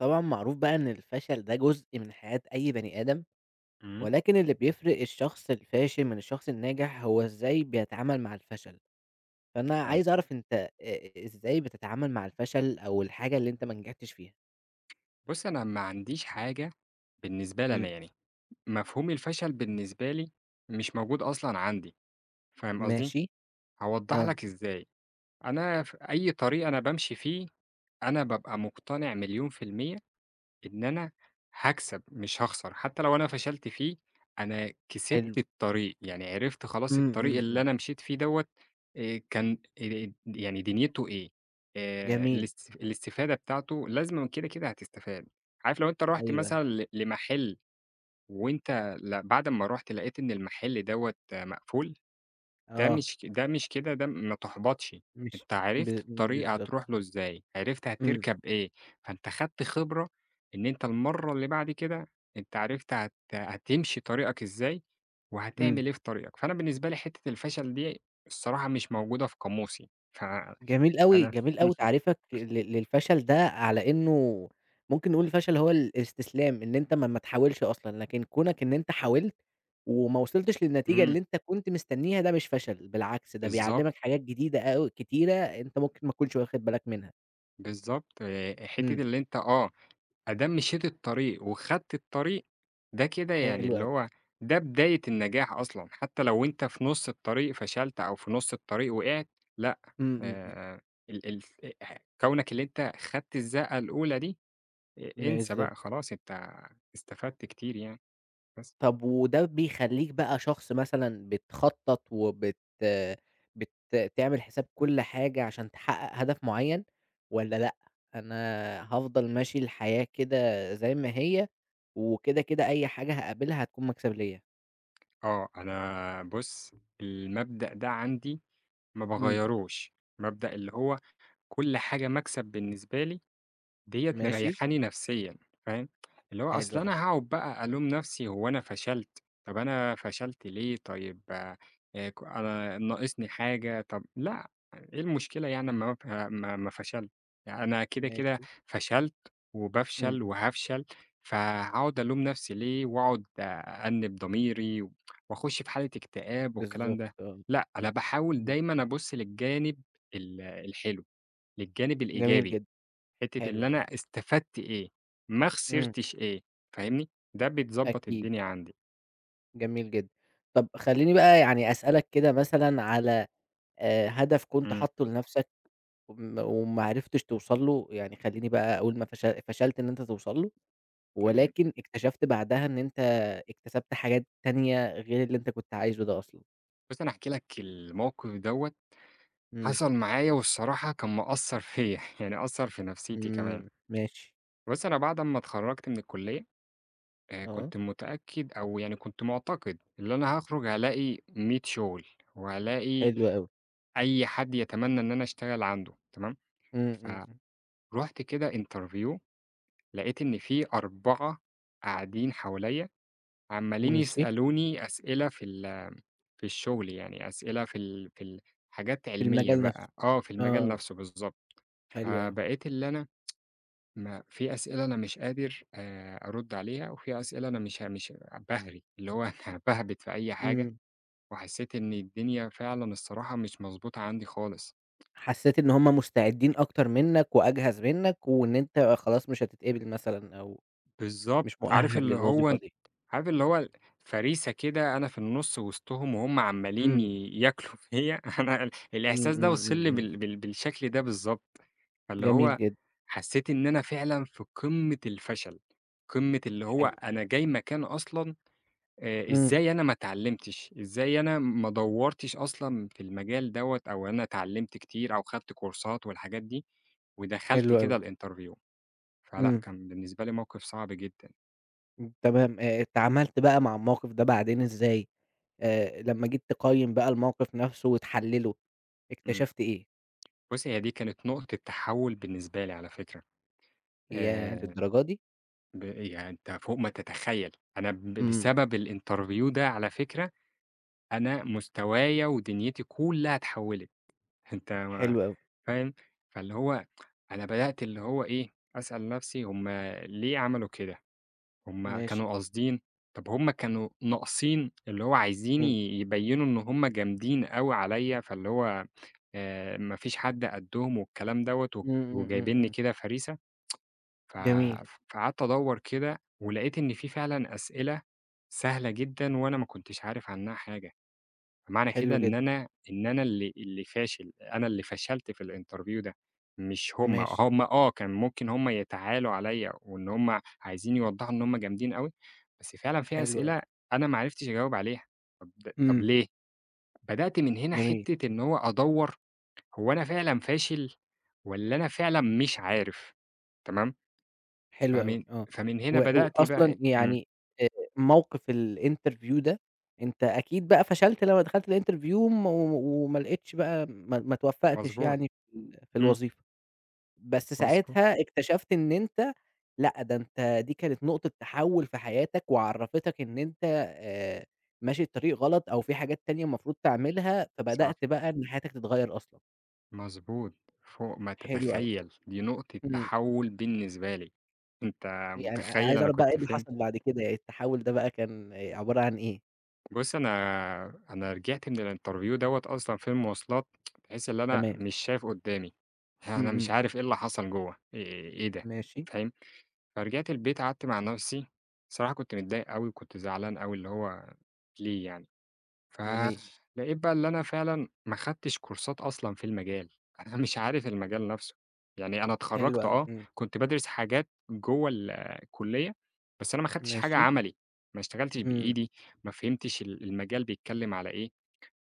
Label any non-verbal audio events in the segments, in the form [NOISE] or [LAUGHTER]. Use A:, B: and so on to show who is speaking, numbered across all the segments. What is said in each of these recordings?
A: طبعًا معروف بقى إن الفشل ده جزء من حياة أي بني آدم،
B: إمم،
A: ولكن اللي بيفرق الشخص الفاشل من الشخص الناجح هو إزاي بيتعامل مع الفشل، فأنا
B: تمام.
A: عايز أعرف أنت أ أ إزاي بتتعامل مع الفشل أو الحاجة اللي أنت ما نجحتش فيها؟
B: بُصّي، أنا ما عنديش حاجة بالنسبة لي أنا
A: إمم،
B: يعني، مفهوم الفشل بالنسبة لي مش موجود أصلًا عندي، فاهم قصدي؟
A: ماشي،
B: هاوضّح
A: آه،
B: لك إزاي. أنا أي طريق أنا بامشي فيه، أنا بابقى مقتنع مليون في المِيّة إن أنا هاكسب مش هاخسر، حتى لو أنا فشلت فيه أنا
A: حلو،
B: كسبت الطريق، يعني عرفت خلاص
A: إمم،
B: الطريق
A: إمم،
B: اللي
A: إمم،
B: أنا مشيت فيه دوّة. كان، يعني دنيته إيه،
A: جميل،
B: الاستفادة بتاعته لازمًا كده، كده هتستفاد. عارف لو أنت رُحت
A: أيوه، أيوه،
B: مثلًا لمحل وأنت بعد أمّا رُحت لقيت إن المحل دوّة مقفول، ده
A: آه،
B: مش ك ده مش كده ده ما تُحبطش،
A: مش
B: أنت
A: ب
B: عرفت
A: إمم،
B: الطريق
A: بالضبط،
B: هتروح له إزاي، عرفت
A: إمم،
B: هتركب إيه، فأنت خدت خبرة إن أنت المرّة اللي بعد كده أنت عرفت هتمشي طريقك إزاي،
A: إمم.
B: وهتعمل إيه في طريقك، فأنا بالنسبة لي حتّة الفشل دي الصراحة مش موجودة في قاموسي، فأنا
A: جميل أوي، جميل أوي
B: [LAUGHS]
A: تعريفك للفشل ده على إنه ممكن نقول الفشل هو الاستسلام، إن أنت ما تحاولش أصلًا، لكن كونك إن أنت حاولت وما وصلتش للنتيجة
B: إمم،
A: اللي أنت كنت مستنيها ده مش فشل، بالعكس ده
B: بالضبط،
A: بيعلّمك حاجات جديدة أوي كتيرة أنت ممكن ما تكونش واخد بالك منها.
B: بالضبط، حتّة
A: إمم،
B: اللي أنت أدام مشيت الطريق وخدت الطريق، ده كده يعني
A: حلو
B: اللي
A: أوي.
B: هو ده بداية النجاح أصلًا، حتى لو أنت في نُص الطريق فشلت أو في نُص الطريق وقعت، لأ،
A: إمم، إمم، إمم،
B: آآ ال ال كونك اللي أنت خدت الزقة الأولى دي، انسى
A: بالضبط.
B: بقى خلاص، أنت استفدت كتير يعني، بس.
A: طب وده بيخلّيك بقى شخص مثلًا بتخطّط وبت بت تعمل حساب كل حاجة عشان تحقق هدف معيّن والّا لأ، أنا هافضل ماشي الحياة كده زي ما هي وكده، كده أي حاجة هاقابلها هتكون مكسب ليّا؟
B: آه، أنا بُص، المبدأ ده عندي ما
A: إمم،
B: باغيّروش، مبدأ اللي هو كل حاجة مكسب بالنسبة لي ديّة
A: ماشي،
B: مريّحاني نفسيًا، فاهم؟ اللي هو
A: حلو
B: أصل
A: أوي،
B: أنا هاقعد بقى ألوم نفسي هو أنا فشلت، طب أنا فشلت ليه طيب، أنا ناقصني حاجة، طب لأ، إيه المشكلة يعني أمّا أف أمّا أمّا فشلت؟ يعني أنا كده، كده
A: ماشي،
B: فشلت
A: إمم،
B: وبافشل وهافشل، فهاقعد ألوم نفسي ليه وأقعد أأنِّب ضميري وأخُش في حالة اكتئاب والكلام
A: بالضبط
B: ده،
A: آه،
B: لأ، أنا باحاول
A: إمم،
B: دايمًا أبُص للجانب الحلو، للجانب
A: جميل
B: الإيجابي.
A: جدًا،
B: حتّة
A: حلو
B: اللي
A: أوي،
B: أنا استفدت إيه، ما
A: إمم،
B: خسرتش إيه، فاهمني، ده بتضبّط
A: أكيد،
B: الدنيا عندي.
A: جميل جدًا. طب خلّيني بقى يعني أسألك كده مثلًا على هدف كنت
B: إمم،
A: حاطّه لنفسك وما عرفتش توصل له، يعني خلّيني بقى أقول ما فش فشلت إن أنت توصل له،
B: تمام.
A: ولكن اكتشفت بعدها إن أنت اكتسبت حاجات تانية غير اللي أنت كنت عايزه ده أصلًا.
B: بُص أنا هاحكي لك الموقف دوّة،
A: إمم،
B: حصل معايا والصراحة كان مأثّر فيّا، [LAUGHS] يعني أثّر في نفسيتي كمان.
A: إمم، ماشي،
B: بُص أنا بعد أمّا اتخرّجت من الكلية،
A: آه،
B: كنت متأكد أو يعني كنت معتقد اللي أنا هاخرج هالاقي 100 شُغل، وهالاقي
A: حلو أوي،
B: أي حد يتمنى إن أنا أشتغل عنده، تمام.
A: إمم، إمم، إمم،
B: فرُحت كده interview لقيت إن في 4 قاعدين حواليّا عمّالين
A: ماشي،
B: يسألوني أسئلة في في الشغل، يعني أسئلة في ال في ال حاجات
A: في
B: علمية
A: المجال نفسه،
B: بقى، آه، في
A: آه،
B: المجال
A: آه،
B: نفسه بالضبط.
A: حلو أوي،
B: فبقيت اللي أنا ما في أسئلة أنا مش قادر أرُد عليها، وفي أسئلة أنا مش باهري، اللي هو [LAUGHS] أنا باهبِت في أي حاجة،
A: إمم،
B: وحسّيت إن الدنيا فعلًا الصراحة مش مضبوطة عندي خالص.
A: حسيت إن هُم مستعدين أكتر منك وأجهز منك، وإن أنت خلاص مش هتتقبل مثلًا أو
B: بالضبط،
A: مش مؤهل للوظيفة دي،
B: عارف اللي هو فريسة كده أنا في النُص وسطهم وهُم عمّالين
A: إمم،
B: ياكلوا [LAUGHS] فيّا، أنا
A: إمم،
B: الإحساس ده
A: إمم،
B: وصل لي
A: إمم، إمم،
B: بالشكل ده بالضبط، فاللي
A: جميل
B: هو
A: جدًا،
B: حسّيت إن أنا فعلًا في قمة الفشل، قمة اللي هو
A: حلو،
B: أنا جاي مكان أصلًا،
A: إمم.
B: إزاي أنا ما اتعلّمتش، إزاي أنا ما دوّرتش أصلًا في المجال دوّة، أو أنا اتعلّمت كتير أو خدت كورسات والحاجات دي، ودخلت
A: حلو أوي،
B: كده الinterview، فلأ،
A: إمم،
B: كان بالنسبة لي موقف صعب جدًا.
A: إمم، تمام، اتعاملت بقى مع الموقف ده بعدين إزاي؟ لمّا جيت تقيّم بقى الموقف نفسه وتحلّله،
B: إمم.
A: اكتشفت إيه؟
B: بُصّي، هي دي كانت نقطة تحوُّل بالنسبة لي على فكرة،
A: ياه!
B: آآ
A: للدرجة دي!
B: يعني أنت فوق ما تتخيّل، أنا
A: إمم،
B: بسبب الinterview ده على فكرة، أنا مستوايا ودنيتي كلّها اتحوّلت، [LAUGHS] أنت ما
A: حلو أوي،
B: فاهم؟ فاللي هو أنا بدأت اللي هو إيه، أسأل نَفْسي هُم ليه عملوا كده، هُم
A: ماشي،
B: كانوا قاصدين، طَب هُم كانوا ناقصين، اللي هو عايزين
A: إمم،
B: يبيّنوا إن هُم جامدين أوي عليّا، فاللي هو ما فيش حد قدّهم والكلام دوّة
A: إمم، إمم، إمم،
B: وجايبينّي
A: إمم،
B: كده فريسة، ف
A: جميل،
B: فقعدت أدوّر كده ولقيت إن في فعلًا أسئلة سهلة جدًا وأنا ما كنتش عارف عنّها حاجة، فمعنى كده
A: حلو
B: إن
A: جدًا،
B: أنا إن أنا اللي فاشل، أنا اللي فشلت في الinterview ده مش هُم،
A: ماشي،
B: هُم آه، كان ممكن هُم يتعالوا عليّا وإن هُم عايزين يوضّحوا إن هُم جامدين أوي، بس فعلًا في
A: حلو أوي،
B: أسئلة أنا ما عرفتش أجاوب عليها، طب طب
A: إمم،
B: ليه؟ بدأت من هنا
A: جميل.
B: حتّة إن هو أدوّر، هو أنا فعلًا فاشل والّا أنا فعلًا مش عارف؟ تمام.
A: حلو أوي،
B: فمن
A: آه.
B: فمن هنا بدأت بقى
A: وأصلًا
B: إيه، إمم،
A: يعني آآ موقف الinterview ده، أنت أكيد بقى فشلت لمّا دخلت الinterview وما لقيتش بقى ما اتوفّقتش
B: مضبوط،
A: يعني في
B: إمم،
A: الوظيفة، بس
B: مضبوط،
A: ساعتها اكتشفت إن أنت لأ، ده أنت دي كانت نقطة تحوّل في حياتك وعرّفتك إن أنت ماشي الطريق غلط أو في حاجات تانية المفروض تعملها،
B: صح،
A: فبدأت بقى إن حياتك تتغيّر أصلًا.
B: مضبوط، فوق ما
A: حلو أوي،
B: تتخيّل، دي نقطة
A: إمم.
B: تحوّل بالنسبة لي. أنت
A: يعني
B: متخيّل
A: عايز
B: أنا
A: أعرف بقى إيه
B: كنت
A: اللي
B: فين؟
A: حصل بعد كده، يعني التحوّل ده بقى كان عبارة عن إيه؟
B: بُص أنا رجعت من الinterview دوّة أصلًا في المواصلات، تحس اللي أنا
A: تمام،
B: مش شايف قدّامي،
A: إمم،
B: أنا مش
A: إمم،
B: عارف إيه اللي حصل جوّه، إيه ده،
A: ماشي،
B: فاهم؟ فرجعت البيت قعدت مع نفسي، الصراحة كنت متضايق أوي وكنت زعلان أوي، اللي هو ليه يعني،
A: جميل،
B: فلقيت بقى اللي أنا فعلًا ما خدتش كورسات أصلًا في المجال، [LAUGHS] أنا مش عارف المجال نفسه، يعني أنا
A: حلو
B: اتخرجت
A: أوي،
B: آه،
A: إمم،
B: كنت بادرس حاجات جوّه الكلية، بس أنا ما خدتش حاجة
A: ماشي،
B: عملي، ما اشتغلتش
A: إمم،
B: بإيدي، ما فهمتش المجال بيتكلم على إيه،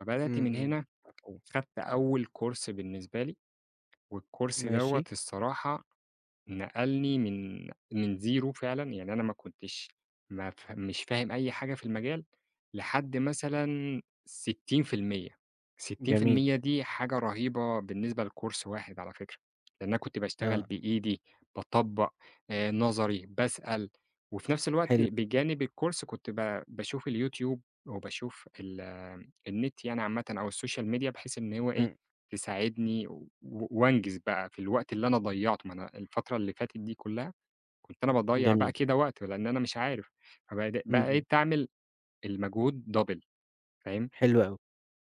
B: فبدأت
A: إمم،
B: من
A: إمم،
B: هنا
A: مفهوم،
B: خدت أول كورس بالنسبة لي، والكورس دوّة
A: ماشي،
B: الصراحة نقلني من zero فعلًا، يعني أنا ما كنتش ما ف مش فاهم أي حاجة في المجال، لحد مثلًا 60%،
A: جميل،
B: 60% دي حاجة رهيبة بالنسبة لcourse واحد على فكرة، لأن أنا كنت باشتغل
A: آه،
B: بإيدي، باطبّق، نظري، باسأل، وفي نفس الوقت
A: حلو،
B: بجانب الcourse كنت باشوف اليوتيوب وباشوف النت يعني عامةً أو السوشيال ميديا، بحيث إن هو إيه،
A: إمم،
B: تساعدني وأنجز بقى في الوقت اللي أنا ضيّعته، ما أنا الفترة اللي فاتت دي كلّها كنت أنا باضيّع بقى
A: جميل،
B: كده وقت لإن أنا مش عارف،
A: إمم، إمم،
B: بقيت أعمل المجهود double، فاهم،
A: حلو أوي،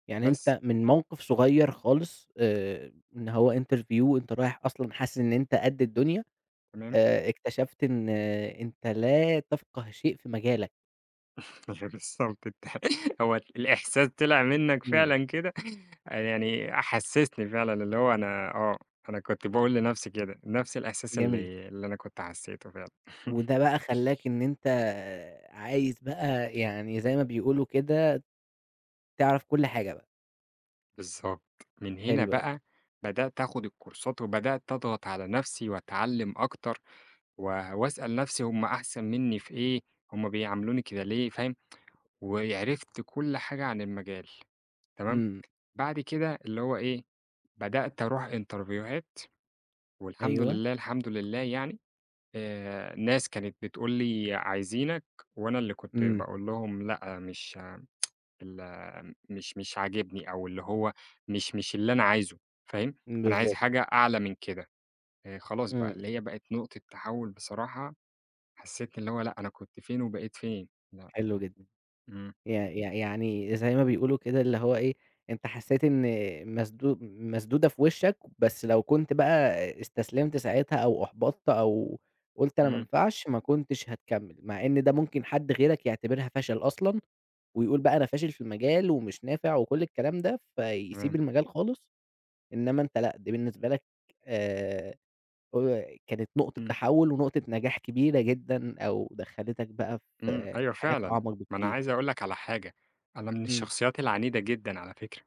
A: يعني
B: بس
A: أنت من موقف صغير خالص إن هو interview وأنت رايح أصلًا حاسس إن أنت قد الدنيا،
B: تمام.
A: اكتشفت إن أنت لا تفقه شيء في مجالك،
B: [LAUGHS] هي بالضبط أنت [LAUGHS] هو الإحساس طلع منّك
A: إمم،
B: فعلًا كده، يعني حسّسني فعلًا اللي هو أنا آه، أنا كنت باقول لنَفْسي كده، نَفْس الإحساس
A: جميل،
B: اللي أنا كنت حسّيته فعلًا.
A: وده بقى خلّاك إن أنت عايز بقى يعني زي ما بيقولوا كده تعرف كل حاجة بقى،
B: بالضبط. من هنا
A: حلو أوي.
B: بقى بدأت آخُد الكورسات وبدأت أضغط على نَفْسي وأتعلِّم أكتر و وأسأل نَفْسي هم أحسن منّي في إيه، هم بيعاملوني كده ليه، فاهم، وعرفت كل حاجة عن المجال، تمام.
A: إمم،
B: بعد كده اللي هو إيه، بدأت أروح إنترفيوهات والحمد
A: أيوه،
B: لله، الحمد لله يعني، ناس كانت بتقول لي عايزينك وأنا اللي كنت
A: إمم،
B: باقول لهم لأ، مش ال مش مش عاجبني أو اللي هو مش اللي أنا عايزه، فاهم؟ أنا عايز
A: بالضبط،
B: حاجة أعلى من كده، خلاص بقى
A: إمم،
B: اللي هي بقت نقطة تحوُّل بصراحة، حسّيت اللي هو لأ، أنا كنت فين وبقيت فين، لأ،
A: حلو جدًا،
B: إمم،
A: يع يع يعني زي ما بيقولوا كده اللي هو إيه، أنت حسّيت إن مسدودة في وشّك، بس لو كنت بقى استسلمت ساعتها أو أحبطت أو قُلت أنا ما
B: إمم،
A: ينفعش، ما كنتش هتكمّل، مع إن ده ممكن حد غيرك يعتبرها فشل أصلًا، ويقول بقى أنا فاشل في المجال ومش نافع وكل الكلام ده، فيسيب
B: تمام،
A: المجال خالص، إنما أنت لأ، دي بالنسبة لك آآ كانت نقطة
B: إمم،
A: تحوُّل ونقطة نجاح كبيرة جدًا أو دخّلتك بقى
B: إمم،
A: في
B: أيوه
A: حاجات
B: فعلًا.
A: أعمق
B: ما أنا
A: بكتير.
B: عايز أقول لك على حاجة، أنا من
A: إمم،
B: الشخصيات العنيدة جدًا على فكرة.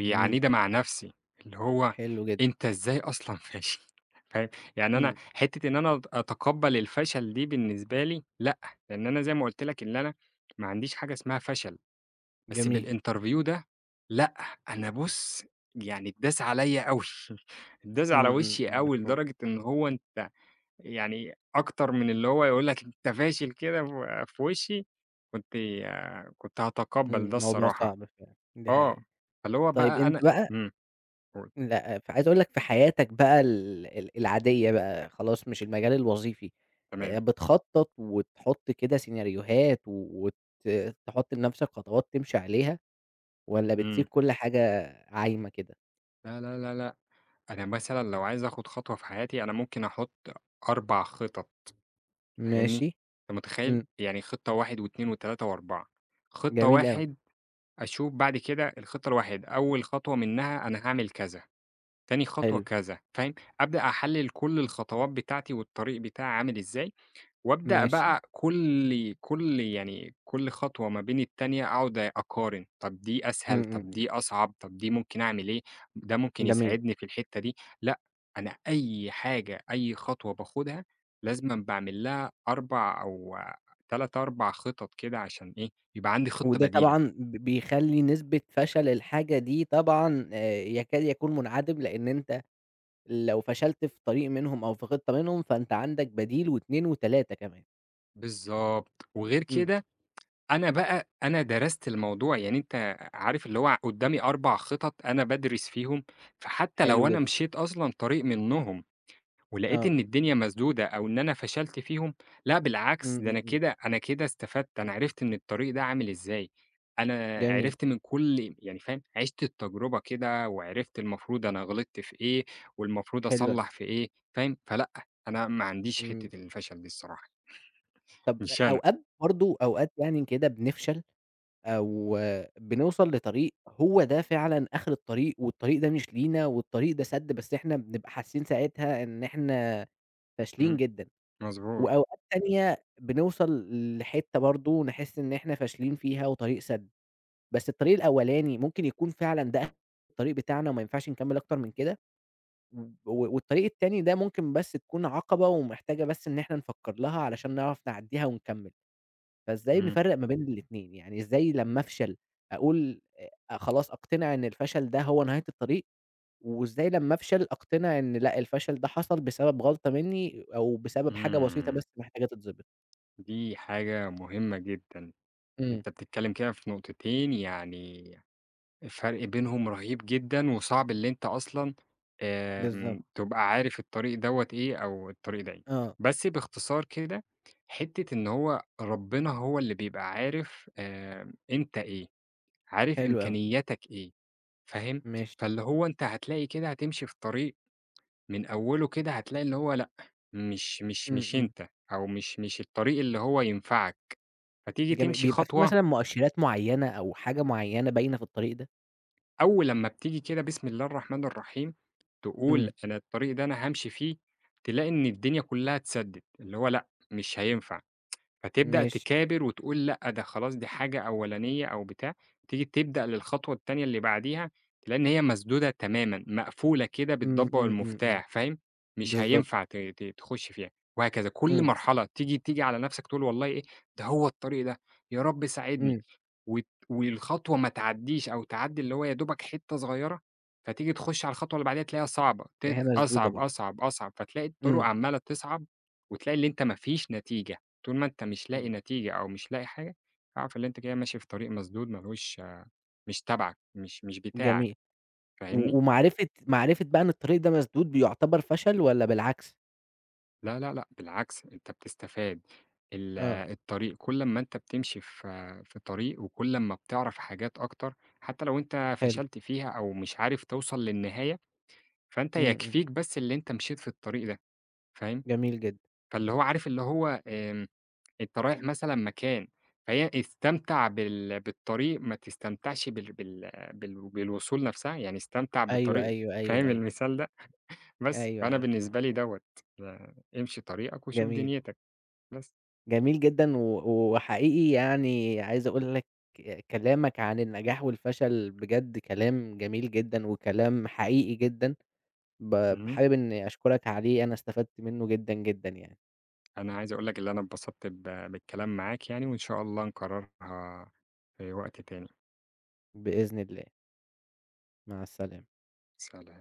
A: إمم،
B: مع نفسي، اللي هو
A: حلو جدًا،
B: أنت إزاي أصلًا فاشل؟ [LAUGHS] فاهم؟ يعني أنا
A: إمم،
B: حتّة إن أنا أتقبّل الفشل دي بالنسبة لي لأ، لإن أنا زي ما قُلت لك إن أنا ما عنديش حاجة اسمها فشل، بس
A: جميل،
B: بالinterview ده لأ، أنا بُص، يعني اتداس عليّا أوي، [LAUGHS] اتداس على
A: إمم، إمم،
B: وشّي
A: إمم،
B: أوي
A: مفهوم،
B: لدرجة إن هو أنت، يعني أكتر من اللي هو يقول لك أنت فاشل كده في وشّي، كنت كنت هاتقبّل ده
A: إمم، موضوع
B: الصراحة.
A: صعب فعلًا، دي
B: آه،
A: حقيقة.
B: فاللي هو
A: طيب
B: بقى
A: أنت
B: أنا،
A: بقى
B: إمم. و
A: لأ، فعايز أقول لك في حياتك بقى ال ال العادية بقى خلاص مش المجال الوظيفي،
B: تمام،
A: بتخطّط وتحُط كده سيناريوهات تحُط لنَفْسك خطوات تمشي عليها والّا
B: إمم.
A: بتسيب كل حاجة عايمة كده؟
B: لا، لا، لا، لأ، أنا مثلًا لو عايز آخُد خطوة في حياتي، أنا ممكن أحُط 4 خطط، فاهمني،
A: ماشي،
B: أنت متخيّل؟
A: إمم.
B: يعني خطة 1 و2 و3 و4. خطة
A: جميل أوي،
B: 1 أشوف بعد كده الخطة الواحد أول خطوة منها أنا هاعمل كذا، تاني خطوة
A: حلو،
B: كذا، فاهم؟ أبدأ أحلِّل كل الخطوات بتاعتي والطريق بتاعي عامل إزاي، وأبدأ
A: ماشي،
B: بقى كل يعني كل خطوة ما بين التانية أقعد أقارن، طب دي
A: إمم،
B: أسهل،
A: إمم،
B: طب
A: إمم،
B: دي أصعب، طب دي ممكن أعمل إيه، ده ممكن
A: جميل،
B: يساعدني في الحتة دي، لأ، أنا أي حاجة، أي خطوة باخدها لازمًا باعمل لها 4 أو 3، 4 خطط كده عشان إيه، يبقى عندي خطة
A: وده
B: بديلة.
A: طبعًا بيخلّي نسبة فشل الحاجة دي طبعًا يكاد يكون منعدم، لإن أنت لو فشلت في طريق منهم أو في خطة منهم، فأنت عندك بديل و2 و3 كمان،
B: بالضبط، وغير
A: إمم،
B: كده أنا بقى أنا درست الموضوع، يعني أنت عارف اللي هو قدّامي 4 خطط أنا بادرس فيهم، فحتى لو
A: حلو
B: أنا
A: جدًا،
B: مشيت أصلًا طريق منّهم ولقيت
A: آه،
B: إن الدنيا مسدودة أو إن أنا فشلت فيهم، لأ
A: إمم،
B: بالعكس ده،
A: إمم،
B: أنا
A: إمم،
B: كده أنا كده استفدت، أنا عرفت إن الطريق ده عامل إزاي، أنا
A: جميل،
B: عرفت من كل يعني فاهم، عِشت التجربة كده وعرفت المفروض أنا غلطت في إيه والمفروض
A: حلو أوي،
B: أصلّح في إيه، فاهم؟ فلأ، أنا ما عنديش
A: إمم،
B: حتّة الفشل دي الصراحة،
A: طب
B: مش أنا.
A: أوقات برضه أوقات يعني كده بنفشل أو بنوصل لطريق هو ده فعلًا آخر الطريق، والطريق ده مش لينا، والطريق ده سَد، بس إحنا بنبقى حاسين ساعتها إن إحنا فاشلين
B: إمم،
A: جدًا،
B: مضبوط.
A: وأوقات تانية بنوصل لحتّة برضه نحس إن إحنا فاشلين فيها وطريق سَد، بس الطريق الأولاني ممكن يكون فعلًا ده آخر الطريق بتاعنا وما ينفعش نكمّل أكتر من كده، والطريق التاني ده ممكن بس تكون عقبة ومحتاجة بس إن إحنا نفكّر لها علشان نعرف نعدّيها ونكمّل. فإزاي
B: إمم،
A: بنفرّق ما بين الاتنين، يعني إزاي لمّا أفشل أقول خلاص أقتنع إن الفشل ده هو نهاية الطريق، وإزاي لمّا أفشل أقتنع إن لأ الفشل ده حصل بسبب غلطة منّي أو بسبب حاجة بسيطة
B: إمم.
A: بس محتاجة تتضبط؟
B: دي حاجة مهمة جدًا،
A: إمم،
B: أنت بتتكلم كده في نقطتين، يعني الفرق بينهم رهيب جدًا، وصعب اللي أنت أصلًا،
A: بالضبط،
B: تبقى عارف الطريق دوّة إيه أو الطريق ده إيه.
A: آه،
B: بس باختصار كده، حتة إن هو ربنا هو اللي بيبقى عارف، أنت إيه، عارف
A: حلو أوي،
B: إمكانياتك إيه، فاهم؟
A: ماشي،
B: فاللي هو أنت هتلاقي كده هتمشي في طريق من أوله كده هتلاقي اللي هو لأ، مش مش
A: إمم،
B: مش
A: إمم،
B: أنت، أو مش الطريق اللي هو ينفعك. فتيجي
A: جميل،
B: تمشي
A: بيبقى في
B: خطوة،
A: مثلًا مؤشرات معيّنة أو حاجة معيّنة باينة في الطريق ده؟
B: أول لمّا بتيجي كده بسم الله الرحمن الرحيم، تقول
A: إمم،
B: أنا الطريق ده أنا هامشي فيه، تلاقي إن الدنيا كلّها اتسدِّت، اللي هو لأ، مش هينفع، فتبدأ
A: ماشي،
B: تكابر وتقول لأ، ده خلاص دي حاجة أولانية أو بتاع، تيجي تبدأ للخطوة التانية اللي بعديها، تلاقي إن هي مسدودة تمامًا، مقفولة كده
A: إمم،
B: بالضبّة
A: إمم، إمم، إمم،
B: والمفتاح، فاهم؟ مش
A: بالضبط،
B: هينفع ت ت تخُش فيها، وهكذا، كل
A: إمم،
B: مرحلة تيجي على نَفْسك تقول والله إيه، ده هو الطريق ده، يا رب ساعدني.
A: إمم،
B: والخطوة ما تعدّيش أو تعدّي اللي هو يا دوبك حتّة صغيّرة، فتيجي تخُش على الخطوة اللي بعديها تلاقيها صعبة،
A: هي مسدودة
B: أصعب،
A: برضه،
B: أصعب، أصعب، فتلاقي الطرق
A: إمم،
B: عمّالة تصعب، وتلاقي اللي أنت ما فيش نتيجة، طول ما أنت مش لاقي
A: إمم،
B: نتيجة أو مش لاقي حاجة، اعرف اللي أنت كده ماشي في طريق مسدود ما لهوش، مش تبعك، مش بتاعك،
A: جميل. و
B: فاهمني؟
A: ومعرفة معرفة بقى إن الطريق ده مسدود بيُعتبر فشل والّا بالعكس؟
B: لا، لا، لأ، بالعكس أنت بتستفاد، ال
A: آه،
B: الطريق كل أمّا أنت بتمشي في طريق وكل أمّا بتعرف حاجات أكتر، حتى لو أنت
A: حلو،
B: فشلت فيها أو مش عارف توصل للنهاية، فأنت
A: إمم، إمم،
B: يكفيك بس اللي أنت مشيت في الطريق ده، فاهم؟
A: جميل جدًا،
B: فاللي هو عارف اللي هو، أنت رايح مثلًا مكان، فهي استمتع بالطريق ما تستمتعش بالوصول نفسها، يعني استمتع
A: أيوه،
B: بالطريق،
A: أيوه، أيوه،
B: فاهم
A: أيوه،
B: المثال ده؟ بس،
A: أيوه
B: فأنا
A: عارفه
B: بالنسبة
A: آه،
B: لي دوّة، آه، امشي طريقك وشوف
A: جميل،
B: دنيتك، بس.
A: جميل جدًا وحقيقي يعني عايز أقول لك كلامك عن النجاح والفشل بجد كلام جميل جدًا وكلام حقيقي جدًا،
B: إمم.
A: حابب إني أشكرك عليه أنا استفدت منه جدًا، جدًا يعني،
B: أنا عايز أقول لك اللي أنا اتبسطت بالكلام معاك يعني، وإن شاء الله نكررها في وقت تاني.
A: بإذن الله، مع السلامة.
B: سلام.